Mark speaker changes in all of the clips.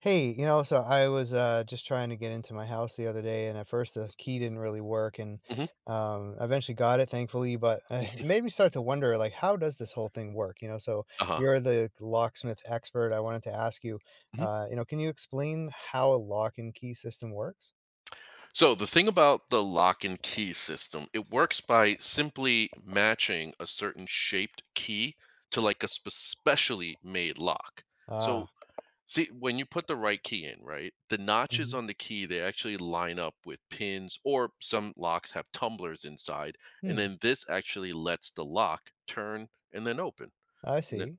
Speaker 1: Hey, you know, so I was just trying to get into my house the other day, and at first the key didn't really work, and
Speaker 2: Mhm.
Speaker 1: I eventually got it, thankfully. But it made me start to wonder, like, how does this whole thing work? You know, so
Speaker 2: Uh-huh.
Speaker 1: you're the locksmith expert. I wanted to ask you,
Speaker 2: Mhm.
Speaker 1: can you explain how a lock and key system works?
Speaker 2: So the thing about the lock and key system, it works by simply matching a certain shaped key to like a specially made lock. So
Speaker 1: Ah,
Speaker 2: see when you put the right key in, right? The notches
Speaker 1: hmm,
Speaker 2: on the key they actually line up with pins, or some locks have tumblers inside, and
Speaker 1: hmm,
Speaker 2: then this actually lets the lock turn and then open.
Speaker 1: I
Speaker 2: And then
Speaker 1: see.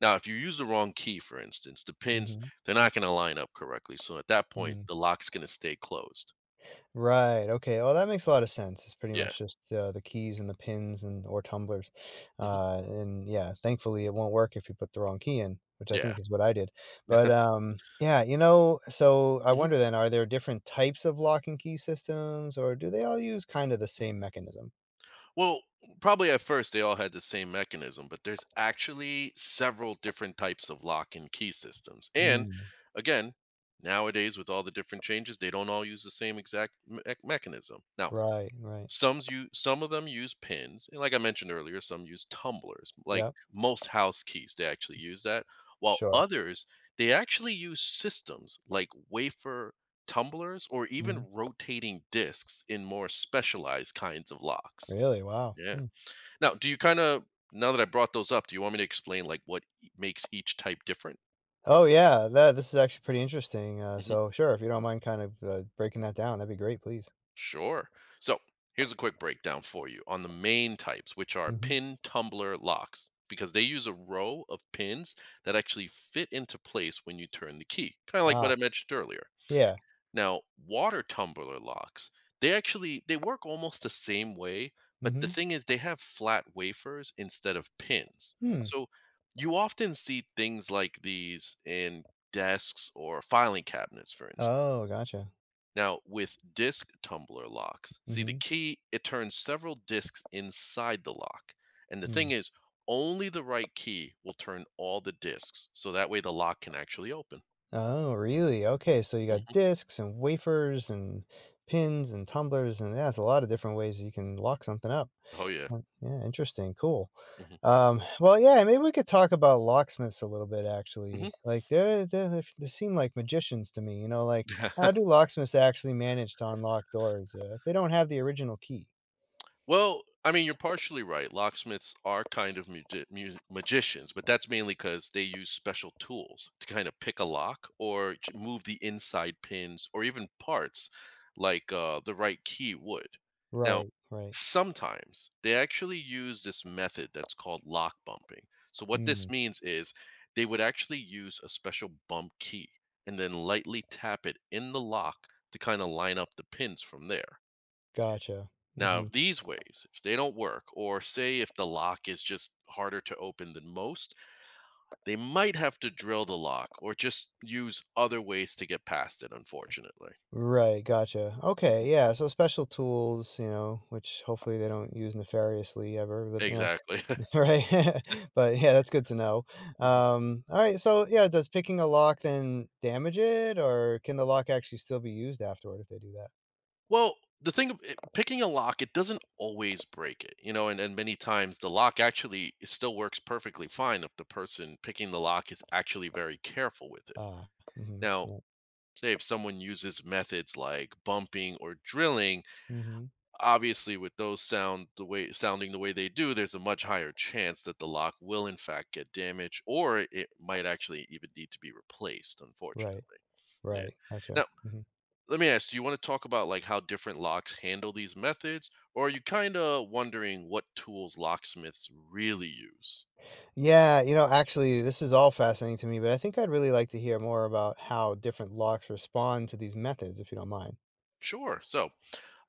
Speaker 2: now if you use the wrong key, for instance, the pins
Speaker 1: Mm-hmm.
Speaker 2: they're not going to line up correctly. So at that point
Speaker 1: Mm-hmm.
Speaker 2: the lock's going to stay closed.
Speaker 1: Right, okay, well, that makes a lot of sense, it's pretty
Speaker 2: Yeah.
Speaker 1: much just, the keys and the pins and or tumblers,
Speaker 2: Mhm.
Speaker 1: and yeah, thankfully, it won't work if you put the wrong key in, which I
Speaker 2: Yeah.
Speaker 1: think is what I did, but, yeah, so I
Speaker 2: Mhm.
Speaker 1: wonder then, are there different types of lock and key systems, or do they all use kinda the same mechanism?
Speaker 2: Well, probably at first they all had the same mechanism, but there's actually several different types of lock and key systems. And
Speaker 1: Mm,
Speaker 2: again, nowadays with all the different changes, they don't all use the same exact mechanism. Now,
Speaker 1: right, right,
Speaker 2: Some of them use pins, and like I mentioned earlier, some use tumblers. Like
Speaker 1: yep,
Speaker 2: most house keys, they actually use that, while
Speaker 1: sure,
Speaker 2: others, they actually use systems like wafer tumblers or even
Speaker 1: mhm,
Speaker 2: rotating discs in more specialized kinds of locks.
Speaker 1: really? Wow,
Speaker 2: Yeah.
Speaker 1: hmm.
Speaker 2: Now, do you kind of, now that I brought those up, do you want me to explain like what makes each type different?
Speaker 1: Oh, yeah, that this is actually pretty interesting,
Speaker 2: Mm-hmm.
Speaker 1: so sure, if you don't mind kind of, breaking that down, that'd be great, please.
Speaker 2: Sure. So here's a quick breakdown for you on the main types, which are
Speaker 1: Mhm,
Speaker 2: pin tumbler locks, because they use a row of pins that actually fit into place when you turn the key, kind of like
Speaker 1: ah,
Speaker 2: what I mentioned earlier.
Speaker 1: yeah.
Speaker 2: Now, water tumbler locks, they actually they work almost the same way, but the
Speaker 1: Mhm.
Speaker 2: thing is they have flat wafers instead of pins.
Speaker 1: Hmm.
Speaker 2: So you often see things like these in desks or filing cabinets, for instance.
Speaker 1: Oh, gotcha.
Speaker 2: Now, with disk tumbler locks, see the
Speaker 1: Mhm.
Speaker 2: key, it turns several disks inside the lock. And the
Speaker 1: Mm.
Speaker 2: thing is, only the right key will turn all the disks. So that way the lock can actually open.
Speaker 1: Oh, really? Okay, so you got
Speaker 2: Mhm.
Speaker 1: discs and wafers and pins and tumblers, and that's a lot of different ways you can lock something up.
Speaker 2: Oh, yeah.
Speaker 1: Mm, yeah, interesting. Cool.
Speaker 2: Hmm.
Speaker 1: Well, yeah, maybe we could talk about locksmiths a little bit,
Speaker 2: Hmm.
Speaker 1: actually. Like, they seem like magicians to me, you know, like, how do locksmiths actually manage to unlock doors if they don't have the original key?
Speaker 2: Well, I mean, you're partially right. Locksmiths are kind of magicians, but that's mainly because they use special tools to kind of pick a lock or move the inside pins or even parts like the right key would. Now,
Speaker 1: Right, right.
Speaker 2: sometimes they actually use this method that's called lock bumping. So, what
Speaker 1: Mm,
Speaker 2: this means is they would actually use a special bump key and then lightly tap it in the lock to kind of line up the pins from there.
Speaker 1: gotcha.
Speaker 2: Now,
Speaker 1: Hmm.
Speaker 2: if these ways, if they don't work, or say if the lock is just harder to open than most, they might have to drill the lock or just use other ways to get past it, unfortunately.
Speaker 1: Right, gotcha.
Speaker 2: Mhm.
Speaker 1: Okay, yeah, so special tools, you know, which hopefully they don't use nefariously ever, but yeah,
Speaker 2: Exactly.
Speaker 1: right. But yeah, that's good to know.
Speaker 2: Mhm.
Speaker 1: All right, so yeah, does picking a lock then damage it, or can the lock actually still be used afterward if they do that?
Speaker 2: Well, the thing picking a lock, it doesn't always break it, you know, and many times the lock actually it still works perfectly fine if the person picking the lock is actually very careful with it.
Speaker 1: Ah, mm-hmm,
Speaker 2: Now,
Speaker 1: yeah,
Speaker 2: say if someone uses methods like bumping or drilling,
Speaker 1: mm-hmm,
Speaker 2: obviously, with those sounding the way they do, there's a much higher chance that the lock will in fact get damaged, or it might actually even need to be replaced.
Speaker 1: right,
Speaker 2: Unfortunately, yeah.
Speaker 1: right, gotcha.
Speaker 2: Now,
Speaker 1: Hmm.
Speaker 2: let me ask: do you want to talk about like how different locks handle these methods, or are you kind of wondering what tools locksmiths really use?
Speaker 1: Yeah, you know, actually, this is all fascinating to me, but I think I'd really like to hear more about how different locks respond to these methods, if you don't mind.
Speaker 2: Sure. So,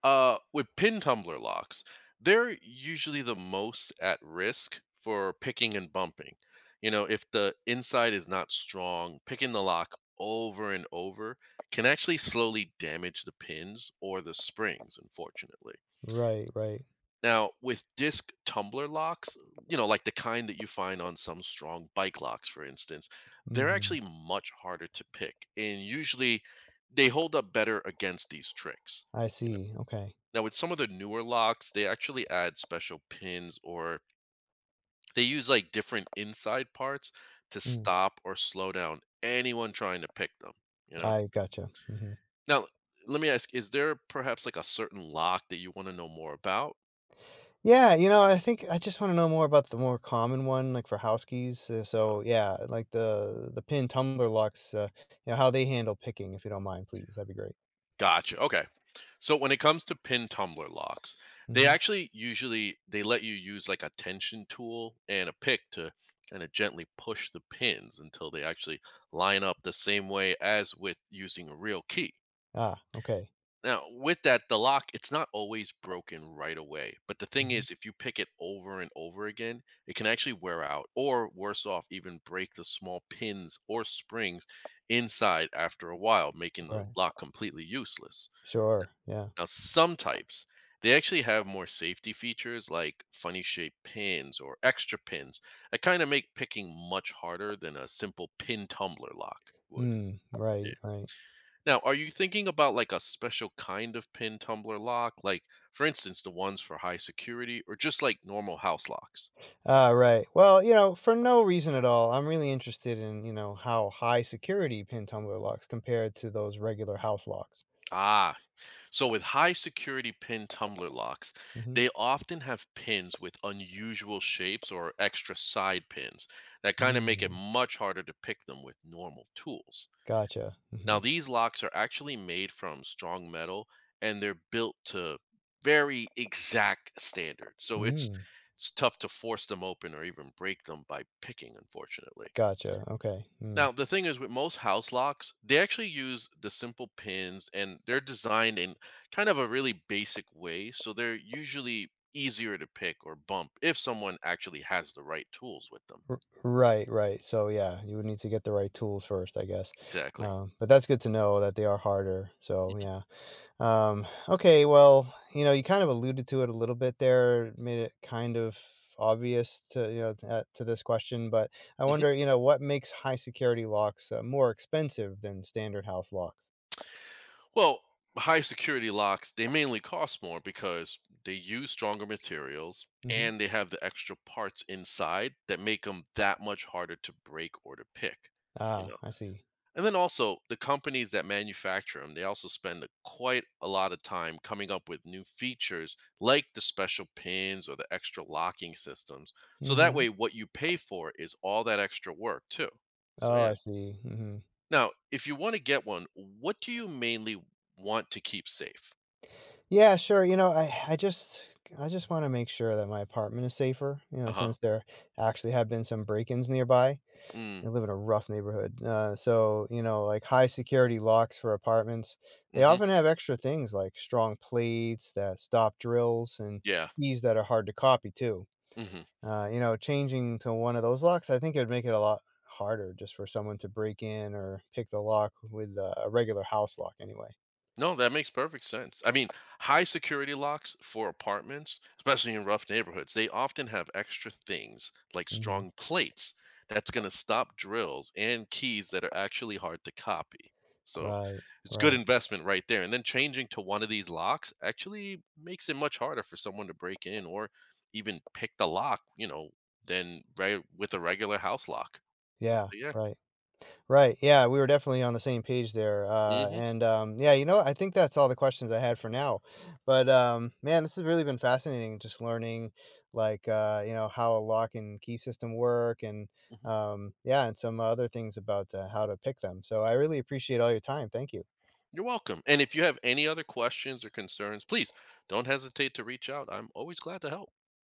Speaker 2: With pin tumbler locks, they're usually the most at risk for picking and bumping. You know, if the inside is not strong, picking the lock over and over can actually slowly damage the pins or the springs, unfortunately.
Speaker 1: Right, right.
Speaker 2: Now, with disc tumbler locks, you know, like the kind that you find on some strong bike locks, for instance, they're
Speaker 1: Mm-hmm.
Speaker 2: actually much harder to pick. And usually they hold up better against these tricks.
Speaker 1: I see, okay.
Speaker 2: Now, with some of the newer locks, they actually add special pins or they use like different inside parts to
Speaker 1: Mm,
Speaker 2: stop or slow down anyone trying to pick them, you know?
Speaker 1: I gotcha, mhm.
Speaker 2: Now, let me ask, is there perhaps like a certain lock that you want to know more about?
Speaker 1: Yeah, you know, I think I just wanna know more about the more common one, like, for house keys, so, yeah, like, the pin tumbler locks, you know, how they handle picking, if you don't mind, please, that'd be great.
Speaker 2: Gotcha. Okay. So when it comes to pin tumbler locks, they
Speaker 1: Mhm.
Speaker 2: actually usually they let you use like a tension tool and a pick to kind of gently push the pins until they actually line up the same way as with using a real key.
Speaker 1: Ah, okay.
Speaker 2: Now, with that, the lock, it's not always broken right away. But the thing
Speaker 1: Mhm.
Speaker 2: is, if you pick it over and over again, it can actually wear out, or worse off, even break the small pins or springs inside after a while, making the
Speaker 1: Right.
Speaker 2: lock completely useless.
Speaker 1: Sure, yeah.
Speaker 2: Now, some types, they actually have more safety features like funny shaped pins or extra pins that kind of make picking much harder than a simple pin tumbler lock would.
Speaker 1: Mm, right, right.
Speaker 2: Now, are you thinking about like a special kind of pin tumbler lock, like for instance, the ones for high security or just like normal house locks?
Speaker 1: Ah, right. Well, you know, for no reason at all, I'm really interested in, you know, how high security pin tumbler locks compared to those regular house locks.
Speaker 2: Ah, so with high security pin tumbler locks,
Speaker 1: Mhm.
Speaker 2: they often have pins with unusual shapes or extra side pins that kind of make it
Speaker 1: Mm.
Speaker 2: much harder to pick them with normal tools.
Speaker 1: Gotcha,
Speaker 2: Now,
Speaker 1: mhm.
Speaker 2: these locks are actually made from strong metal and they're built to very exact standards. So it's
Speaker 1: Mm,
Speaker 2: it's tough to force them open or even break them by picking, unfortunately.
Speaker 1: gotcha. Okay. Mm.
Speaker 2: Now, the thing is with most house locks, they actually use the simple pins and they're designed in kind of a really basic way, so they're usually easier to pick or bump if someone actually has the right tools with them.
Speaker 1: Right, right. So yeah, you would need to get the right tools first, I guess.
Speaker 2: Exactly.
Speaker 1: But that's good to know that they are harder. So
Speaker 2: Mhm,
Speaker 1: yeah. Okay. Well, you know, you kind of alluded to it a little bit there, made it kind of obvious to to this question, but I
Speaker 2: mhm.
Speaker 1: wonder, you know, what makes high security locks more expensive than standard house locks?
Speaker 2: Well, high security locks, they mainly cost more because they use stronger materials
Speaker 1: Hmm.
Speaker 2: and they have the extra parts inside that make them that much harder to break or to pick, you
Speaker 1: Ah,
Speaker 2: know.
Speaker 1: I see.
Speaker 2: And then also, the companies that manufacture them, they also spend quite a lot of time coming up with new features like the special pins or the extra locking systems. So that
Speaker 1: Hmm.
Speaker 2: way, what you pay for is all that extra work, too. So,
Speaker 1: Oh,
Speaker 2: yeah.
Speaker 1: I see. Hmm.
Speaker 2: Now, if you want to get one, what do you mainly want to keep safe?
Speaker 1: Yeah, sure. You know, I just I just want to make sure that my apartment is safer, you know,
Speaker 2: Uh-huh.
Speaker 1: since there actually have been some break-ins nearby.
Speaker 2: Mm.
Speaker 1: I live in a rough neighborhood. So, you know, like high security locks for apartments. They
Speaker 2: Mhm.
Speaker 1: often have extra things like strong plates that stop drills and
Speaker 2: Yeah.
Speaker 1: keys that are hard to copy too.
Speaker 2: Mhm.
Speaker 1: You know, changing to one of those locks, I think it would make it a lot harder just for someone to break in or pick the lock with a regular house lock anyway.
Speaker 2: No, that makes perfect sense. I mean, high security locks for apartments, especially in rough neighborhoods, they often have extra things like
Speaker 1: Hmm.
Speaker 2: strong plates that's going to stop drills and keys that are actually hard to copy. So
Speaker 1: Right,
Speaker 2: it's good
Speaker 1: right.
Speaker 2: investment right there. And then changing to one of these locks actually makes it much harder for someone to break in or even pick the lock, you know, than right with a regular house lock.
Speaker 1: Yeah,
Speaker 2: So yeah.
Speaker 1: right. Right, yeah, we were definitely on the same page there, and, yeah, you know what, I think that's all the questions I had for now, but, man, this has really been fascinating just learning, like, you know, how a lock and key system work and,
Speaker 2: Hmm.
Speaker 1: yeah, and some other things about, how to pick them, so I really appreciate all your time, thank you.
Speaker 2: You're welcome. And if you have any other questions or concerns, please don't hesitate to reach out. I'm always glad to help.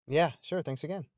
Speaker 1: Yeah, sure, thanks again.